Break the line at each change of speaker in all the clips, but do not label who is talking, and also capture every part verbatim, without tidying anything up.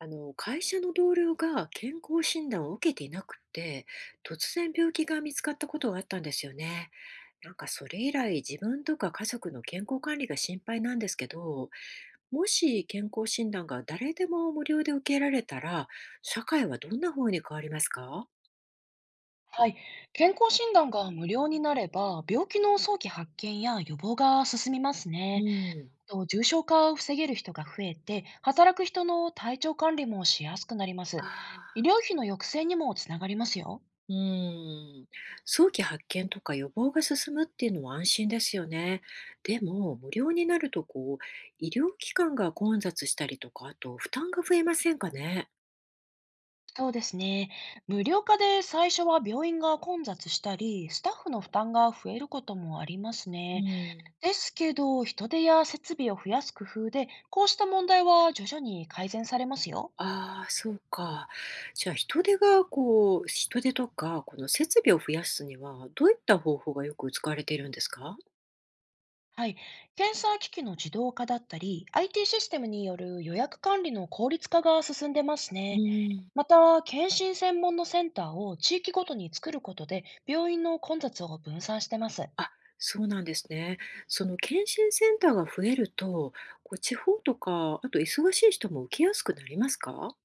あの、会社の同僚が健康診断を受けていなくて、突然病気が見つかったことがあったんですよね。なんかそれ以来、自分とか家族の健康管理が心配なんですけど、もし健康診断が誰でも無料で受けられたら、社会はどんな風に変わりますか？
はい。健康診断が無料になれば、病気の早期発見や予防が進みます
う
ね。
ん。
と重症化を防げる人が増えて、働く人の体調管理もしやすくなります。医
ああ。
療費の抑制にもつながりますよ。
うーん、早期発見とか予防が進むっていうのは安心ですよね。でも、無料になるとこう、医療機関が混雑したりとか、あと負担が増えませんかね。
そうですね。無料化で最初は病院が混雑したり、スタッフの負担が増えることもあります
う
ね。
ん。
ですけど、人手や設備を増やす工夫で、こうした問題は徐々に改善されますよ。
ああ、そうか。じゃあ、人手がこう、人手とか、この設備を増やすには、どういった方法がよく使われているんですか？
はい。検査機器の自動化だったり、アイティー システムによる予約管理の効率化が進んでます
う
ね。
ん。
また、検診専門のセンターを地域ごとに作ることで、病院の混雑を分散してます。
あ、そうなんですね。その検診センターが増えると、こう地方とか、あと忙しい人も受けやすくなりますか？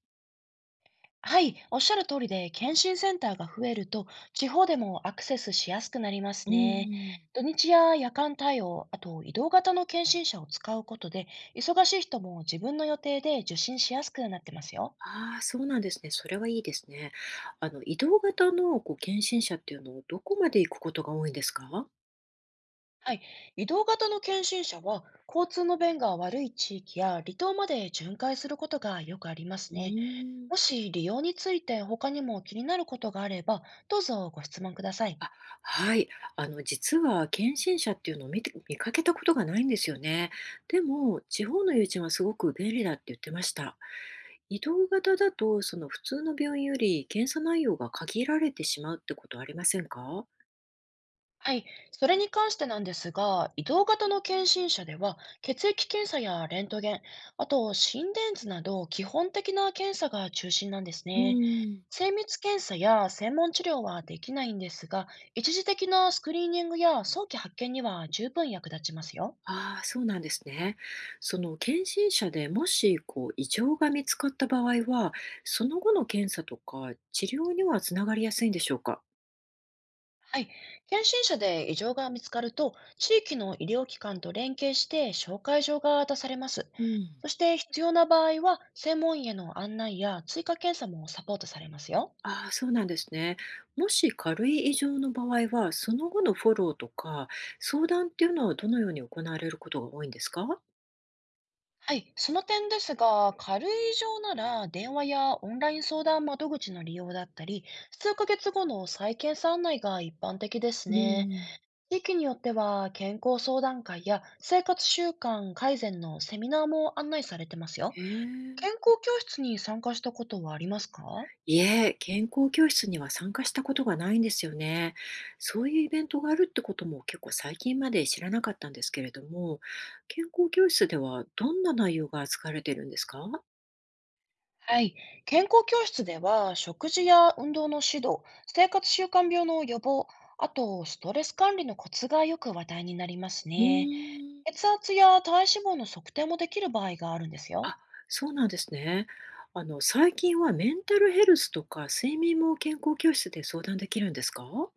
はい、おっしゃる通りで、検診センターが増えると、地方でもアクセスしやすくなりま
う
すね。
ん。
土日や夜間対応、あと移動型の検診車を使うことで、忙しい人も自分の予定で受診しやすくなってますよ。
ああ、そうなんですね。それはいいですね。あの、移動型のこう検診車っていうのをどこまで行くことが多いんですか？
はい。移動型の検診車は、交通の便が悪い地域や離島まで巡回することがよくありま
う
すね。
ーん。
もし利用について他にも気になることがあれば、どうぞご質問ください。
あ、はい。あの、実は検診車っていうのを見て見かけたことがないんですよね。でも、地方の友人はすごく便利だって言ってました。移動型だと、その普通の病院より検査内容が限られてしまうってことありませんか？
はい、それに関してなんですが、移動型の検診車では、血液検査やレントゲン、あと心電図など基本的な検査が中心なんです
う
ね。
ーん。
精密検査や専門治療はできないんですが、一時的なスクリーニングや早期発見には十分役立ちますよ。
ああ、そうなんですね。その検診者でもしこう異常が見つかった場合は、その後の検査とか治療にはつながりやすいんでしょうか。
はい。検診者で異常が見つかると、地域の医療機関と連携して紹介状が出されます。
うん。
そして必要な場合は、専門医への案内や追加検査もサポートされますよ。
ああ、そうなんですね。もし軽い異常の場合は、その後のフォローとか相談っていうのはどのように行われることが多いんですか？
はい。その点ですが、軽い異常なら電話やオンライン相談窓口の利用だったり、数ヶ月後の再検査案内が一般的です
う
ね。
ん。
地域によっては健康相談会や生活習慣改善のセミナーも案内されてますよ。
へ
健
え。
康教室に参加したことはありますか？
いえ、健康教室には参加したことがないんですよね。そういうイベントがあるってことも結構最近まで知らなかったんですけれども、健康教室ではどんな内容が扱われてるんですか？
はい。健康教室では、食事や運動の指導、生活習慣病の予防、あと、ストレス管理のコツがよく話題になります
う
ね。
ーん。
血圧や体脂肪の測定もできる場合があるんですよ。
あ、そうなんですね。あの、最近はメンタルヘルスとか睡眠も健康教室で相談できるんですか？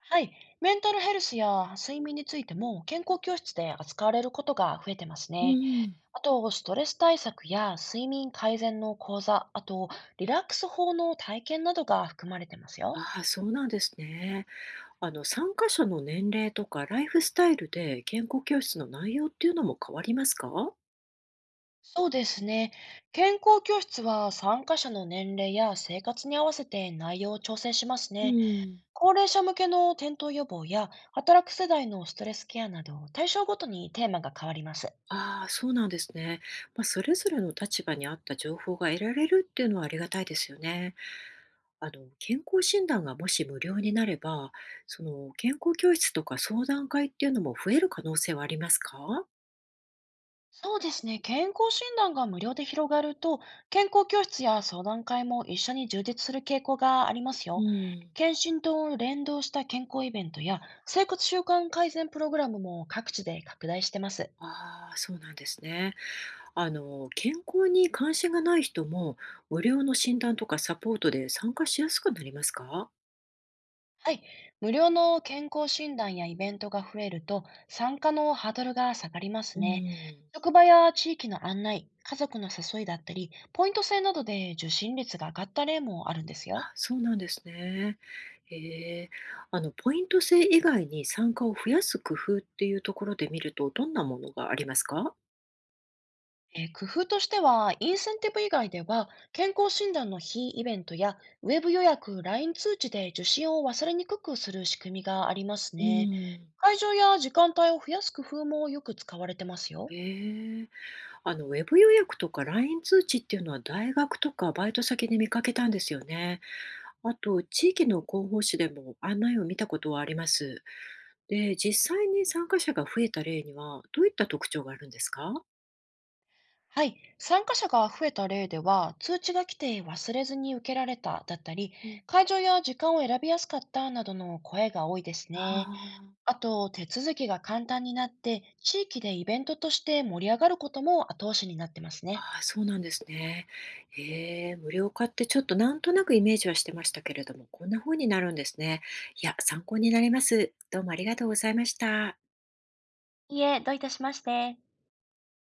はい。メンタルヘルスや睡眠についても、健康教室で扱われることが増えてます
う
ね。
ん。
あと、ストレス対策や睡眠改善の講座、あと、リラックス法の体験などが含まれてますよ。
ああ、そうなんですね。あの、参加者の年齢とかライフスタイルで健康教室の内容っていうのも変わりますか？
そうですね。健康教室は参加者の年齢や生活に合わせて内容を調整します
う
ね。
ん。
高齢者向けの転倒予防や働く世代のストレスケアなど対象ごとにテーマが変わります。
ああ、そうなんですね。まあ、それぞれの立場に合った情報が得られるっていうのはありがたいですよね。あの、健康診断がもし無料になれば、その健康教室とか相談会っていうのも増える可能性はありますか？
そうですね。健康診断が無料で広がると、健康教室や相談会も一緒に充実する傾向があります
う
よ。
ん。
検診と連動した健康イベントや生活習慣改善プログラムも各地で拡大してます。
ああ、そうなんですね。あの、健康に関心がない人も、無料の診断とかサポートで参加しやすくなりますか？
はい。無料の健康診断やイベントが増えると、参加のハードルが下がります
う
ね。
ん。
職場や地域の案内、家族の誘いだったり、ポイント制などで受診率が上がった例もあるんですよ。
あ、そうなんですね。へえ。あの、ポイント制以外に参加を増やす工夫っていうところで見ると、どんなものがありますか？
えー工夫としては、インセンティブ以外では、健康診断の非イベントや、ウェブ予約、ライン 通知で受診を忘れにくくする仕組みがあります
う
ね。
ん。
会場や時間帯を増やす工夫もよく使われてますよ。
ええ。あの、ウェブ予約とか ライン 通知っていうのは、大学とかバイト先で見かけたんですよね。あと、地域の広報誌でも案内を見たことはあります。で、実際に参加者が増えた例には、どういった特徴があるんですか？
はい。参加者が増えた例では、通知が来て忘れずに受けられただったり、
うん。
会場や時間を選びやすかったなどの声が多いです
あ
ね。
あ。
あと、手続きが簡単になって、地域でイベントとして盛り上がることも後押しになってますね。
ああ、そうなんですね。へえ、無料化ってちょっとなんとなくイメージはしてましたけれども、こんな風になるんですね。いや、参考になります。どうもありがとうございました。
いえ、どういたしまして。